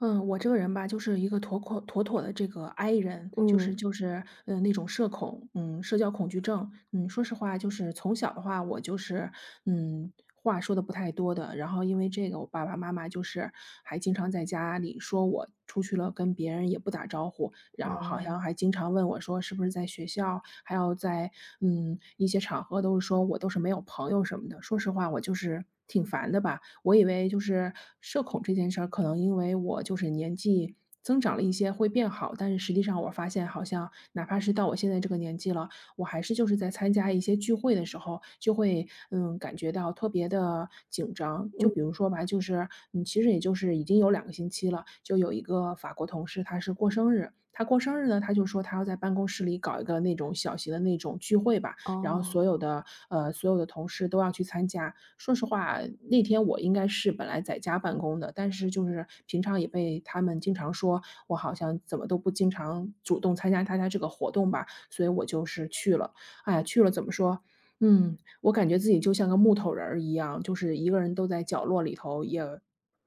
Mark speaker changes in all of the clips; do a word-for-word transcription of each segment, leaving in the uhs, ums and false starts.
Speaker 1: 嗯，我这个人吧，就是一个妥妥妥妥的这个 I 人，就是
Speaker 2: 嗯，
Speaker 1: 就是，嗯，那种社恐，嗯，社交恐惧症，嗯，说实话，就是从小的话，我就是，嗯，话说的不太多的，然后因为这个，我爸爸妈妈就是还经常在家里说我出去了，跟别人也不打招呼，然后好
Speaker 2: 哦，
Speaker 1: 像还经常问我说是不是在学校，还有在嗯一些场合都是说我都是没有朋友什么的。说实话，我就是挺烦的吧。我以为就是社恐这件事儿，可能因为我就是年纪增长了一些会变好，但是实际上我发现好像哪怕是到我现在这个年纪了，我还是就是在参加一些聚会的时候，就会嗯感觉到特别的紧张。就
Speaker 2: 嗯，
Speaker 1: 比如说吧，就是嗯，其实也就是已经有两个星期了，就有一个法国同事，他是过生日。他过生日呢，他就说他要在办公室里搞一个那种小型的那种聚会吧，然后
Speaker 2: 哦，
Speaker 1: 所有的呃所有的同事都要去参加。说实话，那天我应该是本来在家办公的，但是就是平常也被他们经常说我好像怎么都不经常主动参加大家这个活动吧，所以我就是去了。哎呀，去了怎么说，嗯，我感觉自己就像个木头人儿一样，就是一个人都在角落里头，也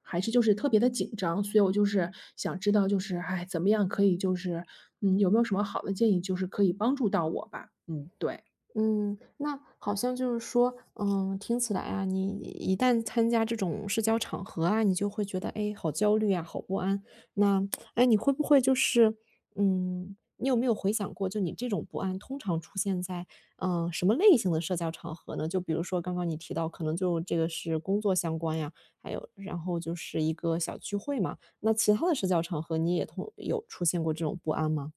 Speaker 1: 还是就是特别的紧张。所以我就是想知道就是，哎，怎么样可以就是嗯，有没有什么好的建议，就是可以帮助到我吧？嗯，对。
Speaker 2: 嗯，那好像就是说，嗯，听起来啊，你一旦参加这种社交场合啊，你就会觉得，哎，好焦虑啊，好不安。那，哎，你会不会就是，嗯，你有没有回想过，就你这种不安通常出现在，嗯、什么类型的社交场合呢？就比如说刚刚你提到，可能就这个是工作相关呀，还有然后就是一个小聚会嘛。那其他的社交场合，你也同有出现过这种不安吗？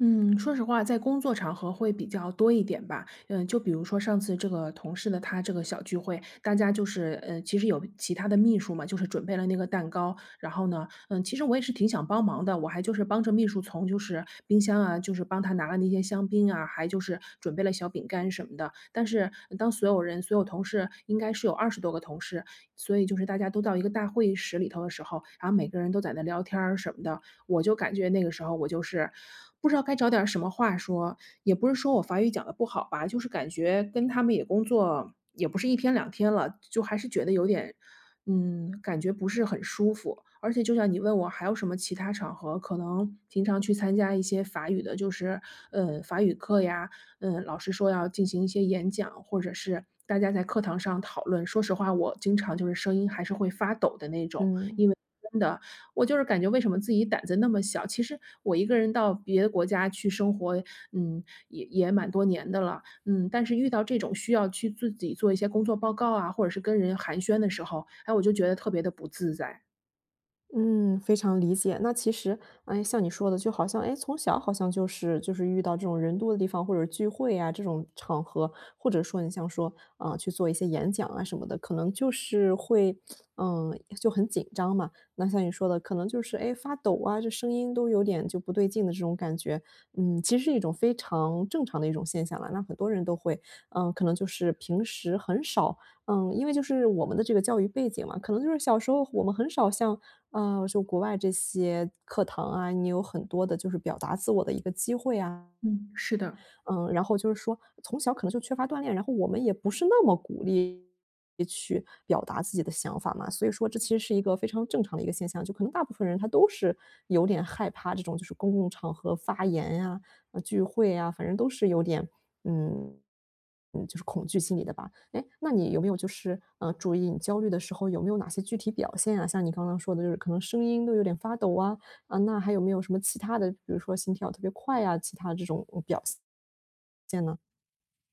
Speaker 1: 嗯，说实话，在工作场合会比较多一点吧。嗯，就比如说上次这个同事的他这个小聚会，大家就是呃，其实有其他的秘书嘛，就是准备了那个蛋糕，然后呢，嗯，其实我也是挺想帮忙的，我还就是帮着秘书从就是冰箱啊，就是帮他拿了那些香槟啊，还就是准备了小饼干什么的。但是当所有人，所有同事应该是有二十多个同事，所以就是大家都到一个大会议室里头的时候，然后每个人都在那聊天儿什么的，我就感觉那个时候我就是不知道该找点什么话说，也不是说我法语讲的不好吧，就是感觉跟他们也工作也不是一天两天了，就还是觉得有点，嗯，感觉不是很舒服。而且就像你问我还有什么其他场合，可能平常去参加一些法语的，就是，呃，法语课呀，嗯，老师说要进行一些演讲，或者是大家在课堂上讨论，说实话，我经常就是声音还是会发抖的那种，
Speaker 2: 嗯。
Speaker 1: 因为真的我就是感觉为什么自己胆子那么小，其实我一个人到别的国家去生活，嗯，也也蛮多年的了，嗯，但是遇到这种需要去自己做一些工作报告啊，或者是跟人寒暄的时候，哎，我就觉得特别的不自在。
Speaker 2: 嗯，非常理解。那其实，哎，像你说的，就好像，哎，从小好像就是就是遇到这种人多的地方，或者聚会啊这种场合，或者说你像说啊、去做一些演讲啊什么的，可能就是会，嗯，就很紧张嘛。那像你说的，可能就是哎发抖啊，这声音都有点就不对劲的这种感觉。嗯，其实是一种非常正常的一种现象了。那很多人都会，嗯，可能就是平时很少嗯，因为就是我们的这个教育背景嘛，可能就是小时候我们很少像，呃，就国外这些课堂啊，你有很多的就是表达自我的一个机会啊。
Speaker 1: 嗯，是的。
Speaker 2: 嗯，然后就是说从小可能就缺乏锻炼，然后我们也不是那么鼓励去表达自己的想法嘛，所以说这其实是一个非常正常的一个现象，就可能大部分人他都是有点害怕这种就是公共场合发言呀、啊呃聚会呀，反正都是有点嗯。嗯，就是恐惧心理的吧？哎，那你有没有就是嗯注意你焦虑的时候有没有哪些具体表现啊？像你刚刚说的，就是可能声音都有点发抖啊啊，那还有没有什么其他的，比如说心跳特别快啊，其他这种嗯表现？见了，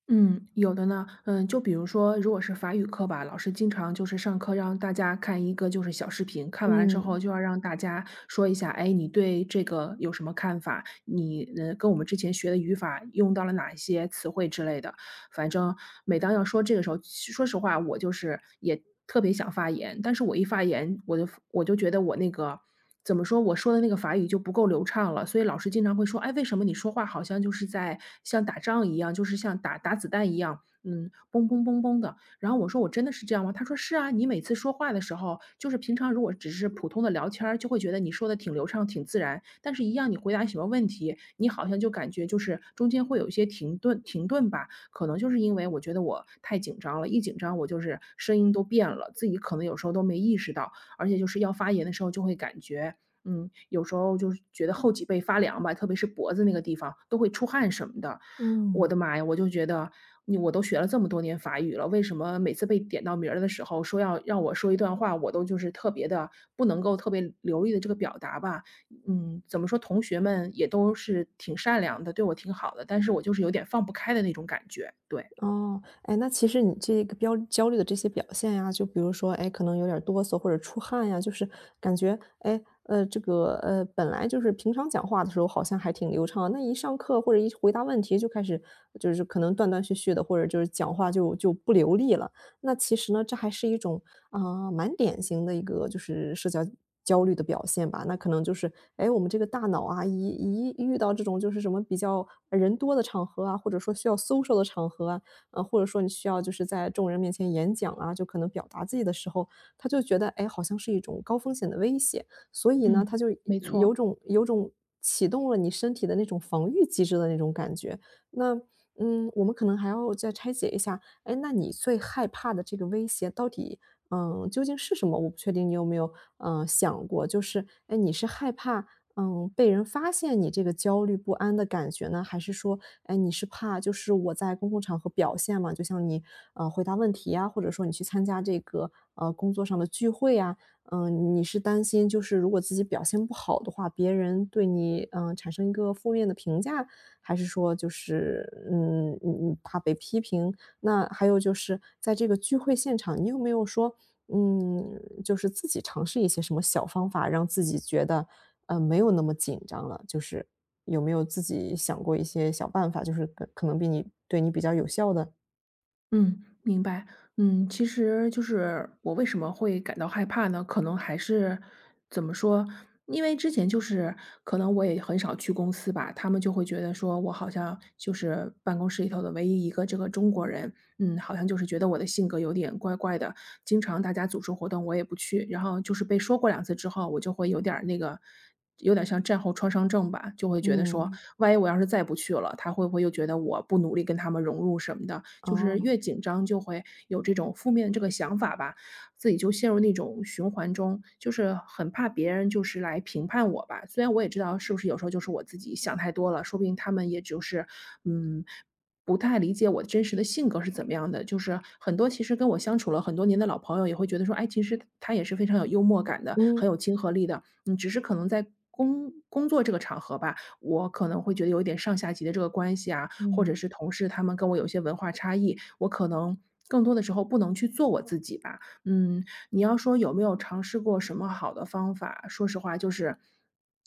Speaker 1: 嗯，有的呢，嗯，就比如说，如果是法语课吧，老师经常就是上课让大家看一个就是小视频，看完了之后
Speaker 2: 嗯。
Speaker 1: 就要让大家说一下，哎，你对这个有什么看法？你呃，跟我们之前学的语法用到了哪一些词汇之类的。反正每当要说这个时候，说实话，我就是也特别想发言，但是我一发言，我就我就觉得我那个怎么说，我说的那个法语就不够流畅了，所以老师经常会说：“哎，为什么你说话好像就是在像打仗一样，就是像打打子弹一样，嗯，嘣嘣嘣嘣的。”然后我说：“我真的是这样吗？”他说：“是啊，你每次说话的时候，就是平常如果只是普通的聊天儿，就会觉得你说的挺流畅、挺自然，但是一样你回答什么问题，你好像就感觉就是中间会有一些停顿，停顿吧。”可能就是因为我觉得我太紧张了，一紧张我就是声音都变了，自己可能有时候都没意识到，而且就是要发言的时候就会感觉，嗯，有时候就是觉得后脊背发凉吧，特别是脖子那个地方都会出汗什么的。我
Speaker 2: 嗯。
Speaker 1: 的妈呀，我就觉得你我都学了这么多年法语了，为什么每次被点到名儿的时候，说要让我说一段话，我都就是特别的不能够特别流利的这个表达吧？嗯，怎么说，同学们也都是挺善良的，对我挺好的，但是我就是有点放不开的那种感觉，对。
Speaker 2: 哦，哎，那其实你这个标焦虑的这些表现呀，就比如说，哎，可能有点儿哆嗦或者出汗呀，就是感觉，哎，呃，这个，呃，本来就是平常讲话的时候好像还挺流畅，那一上课或者一回答问题就开始就是可能断断续续的，或者就是讲话就就不流利了。那其实呢，这还是一种啊、蛮典型的一个就是社交焦虑的表现吧。那可能就是，哎，我们这个大脑啊，一一遇到这种就是什么比较人多的场合啊，或者说需要 social 的场合啊，呃，或者说你需要就是在众人面前演讲啊，就可能表达自己的时候，他就觉得，哎，好像是一种高风险的威胁，所以呢，他
Speaker 1: 嗯，
Speaker 2: 就
Speaker 1: 没
Speaker 2: 有
Speaker 1: 错，
Speaker 2: 种有种启动了你身体的那种防御机制的那种感觉。那嗯，我们可能还要再拆解一下，哎，那你最害怕的这个威胁到底，嗯，究竟是什么？我不确定你有没有，嗯想过，就是，哎，你是害怕嗯，被人发现你这个焦虑不安的感觉呢？还是说，哎，你是怕就是我在公共场合表现嘛，就像你，呃，回答问题呀，或者说你去参加这个，呃，工作上的聚会呀，嗯，你是担心就是如果自己表现不好的话，别人对你，嗯，呃产生一个负面的评价，还是说就是，嗯，你你怕被批评？那还有就是在这个聚会现场，你有没有说，嗯，就是自己尝试一些什么小方法，让自己觉得，呃，没有那么紧张了。就是有没有自己想过一些小办法，就是可可能比你对你比较有效的？
Speaker 1: 嗯，明白。嗯，其实就是我为什么会感到害怕呢？可能还是怎么说，因为之前就是可能我也很少去公司吧，他们就会觉得说我好像就是办公室里头的唯一一个这个中国人，嗯，好像就是觉得我的性格有点怪怪的，经常大家组织活动我也不去，然后就是被说过两次之后，我就会有点儿那个有点像战后创伤症吧，就会觉得说，
Speaker 2: 嗯，
Speaker 1: 万一我要是再不去了，他会不会又觉得我不努力跟他们融入什么的，就是
Speaker 2: 哦，
Speaker 1: 越紧张就会有这种负面这个想法吧，自己就陷入那种循环中，就是很怕别人就是来评判我吧。虽然我也知道是不是有时候就是我自己想太多了，说不定他们也就是，嗯，不太理解我真实的性格是怎么样的，就是很多其实跟我相处了很多年的老朋友也会觉得说，哎，其实他也是非常有幽默感的，很
Speaker 2: 嗯，
Speaker 1: 有亲和力的。嗯，只是可能在工工作这个场合吧，我可能会觉得有一点上下级的这个关系啊，或者
Speaker 2: 嗯。
Speaker 1: 是同事他们跟我有些文化差异，我可能更多的时候不能去做我自己吧。嗯，你要说有没有尝试过什么好的方法？说实话，就是。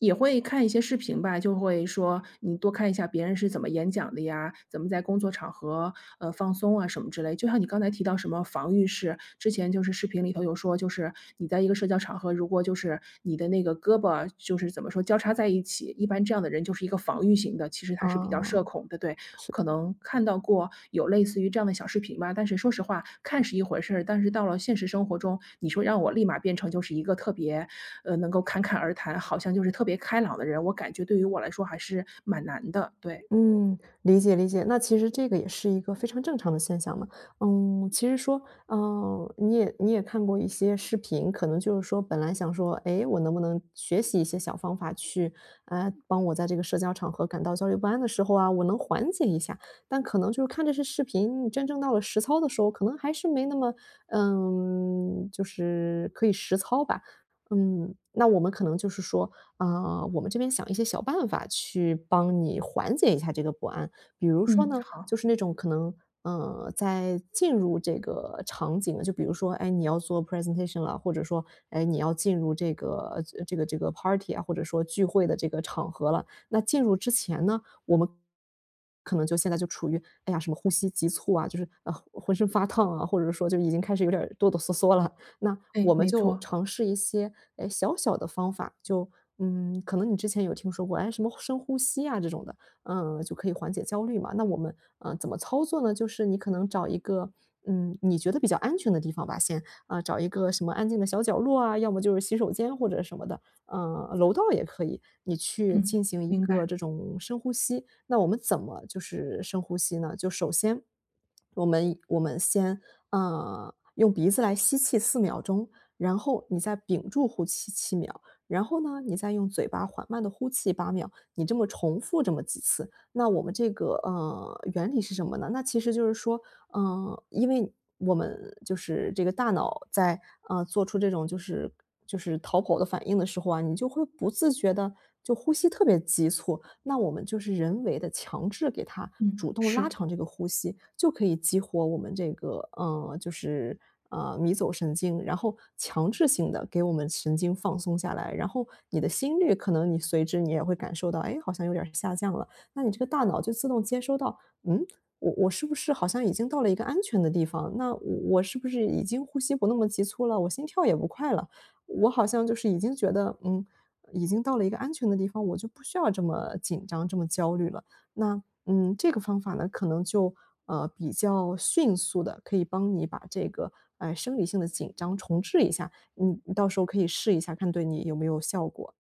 Speaker 1: 也会看一些视频吧，就会说你多看一下别人是怎么演讲的呀，怎么在工作场合，呃，放松啊什么之类。就像你刚才提到什么防御式，之前就是视频里头有说，就是你在一个社交场合，如果就是你的那个胳膊就是怎么说交叉在一起，一般这样的人就是一个防御型的，其实他是比较社
Speaker 2: 啊，
Speaker 1: 恐的。对，
Speaker 2: 是。
Speaker 1: 可能看到过有类似于这样的小视频吧，但是说实话，看是一回事儿，但是到了现实生活中，你说让我立马变成就是一个特别呃，能够侃侃而谈，好像就是特别开朗的人，我感觉对于我来说还是蛮难的，对。
Speaker 2: 嗯，理解理解。那其实这个也是一个非常正常的现象嘛。嗯，其实说，嗯，你也你也看过一些视频，可能就是说本来想说，哎，我能不能学习一些小方法去，呃，帮我在这个社交场合感到焦虑不安的时候啊，我能缓解一下。但可能就是看这些视频，你真正到了实操的时候，可能还是没那么，嗯，就是可以实操吧。嗯，那我们可能就是说，啊，我们这边想一些小办法去帮你缓解一下这个不安。比如说
Speaker 1: 嗯，
Speaker 2: 呢，
Speaker 1: 好，
Speaker 2: 就是那种可能，呃，在进入这个场景，就比如说，哎，你要做 presentation 了，或者说，哎，你要进入这个这个这个 party 啊，或者说聚会的这个场合了。那进入之前呢，我们可能就现在就处于，哎呀，什么呼吸急促啊，就是呃浑身发烫啊，或者说就已经开始有点儿哆哆嗦嗦了。那
Speaker 1: 哎，
Speaker 2: 我们
Speaker 1: 没
Speaker 2: 就
Speaker 1: 错，
Speaker 2: 尝试一些，哎，小小的方法，就嗯，可能你之前有听说过，哎，什么深呼吸啊这种的，嗯，就可以缓解焦虑嘛。那我们，嗯呃怎么操作呢？就是你可能找一个，嗯，你觉得比较安全的地方吧，先，啊，呃找一个什么安静的小角落啊，要么就是洗手间或者什么的，嗯，楼道也可以，你去进
Speaker 1: 嗯，
Speaker 2: 行一
Speaker 1: 明
Speaker 2: 个
Speaker 1: 白，
Speaker 2: 这种深呼吸。那我们怎么就是深呼吸呢？就首先，我们我们先呃，用鼻子来吸气四秒钟，然后你再屏住呼气七秒，然后呢，你再用嘴巴缓慢的呼气八秒，你这么重复这么几次。那我们这个，呃，原理是什么呢？那其实就是说，嗯，因为我们就是这个大脑在，呃，做出这种就是就是逃跑的反应的时候啊，你就会不自觉的就呼吸特别急促，那我们就是人为的强制给它主动
Speaker 1: 嗯，是。
Speaker 2: 拉长这个呼吸，就可以激活我们这个嗯，呃，就是，呃，迷走神经，然后强制性的给我们神经放松下来，然后你的心率可能你随之你也会感受到，哎，好像有点儿下降了，那你这个大脑就自动接收到，嗯，我我是不是好像已经到了一个安全的地方？那我我是不是已经呼吸不那么急促了？我心跳也不快了，我好像就是已经觉得，嗯，已经到了一个安全的地方，我就不需要这么紧张、这么焦虑了。那嗯，这个方法呢，可能就呃比较迅速的可以帮你把这个呃生理性的紧张重置一下，你你到时候可以试一下，看对你有没有效果。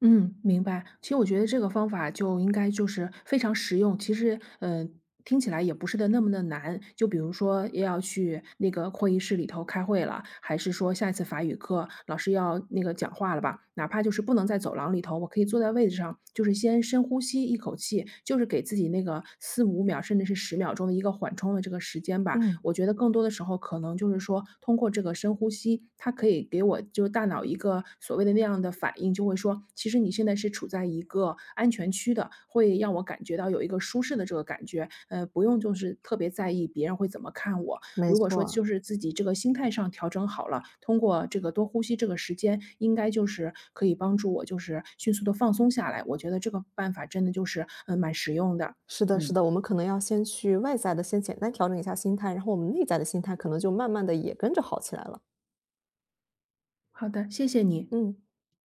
Speaker 1: 嗯，明白。其实我觉得这个方法就应该就是非常实用，其实，嗯，听起来也不是的那么的难。就比如说要去那个会议室里头开会了，还是说下一次法语课老师要那个讲话了吧，哪怕就是不能在走廊里头，我可以坐在位置上，就是先深呼吸一口气，就是给自己那个四五秒甚至是十秒钟的一个缓冲的这个时间吧。
Speaker 2: 嗯，
Speaker 1: 我觉得更多的时候可能就是说，通过这个深呼吸，它可以给我就是大脑一个所谓的那样的反应，就会说，其实你现在是处在一个安全区的，会让我感觉到有一个舒适的这个感觉，呃，不用就是特别在意别人会怎么看我。
Speaker 2: 没
Speaker 1: 如果说
Speaker 2: 错。
Speaker 1: 就是自己这个心态上调整好了，通过这个多呼吸这个时间，应该就是可以帮助我就是迅速的放松下来。我觉得这个办法真的就是嗯呃蛮实用的，
Speaker 2: 是的，是
Speaker 1: 嗯，
Speaker 2: 的，我们可能要先去外在的先简单调整一下心态，然后我们内在的心态可能就慢慢的也跟着好起来了，
Speaker 1: 好的，谢谢你。
Speaker 2: 嗯。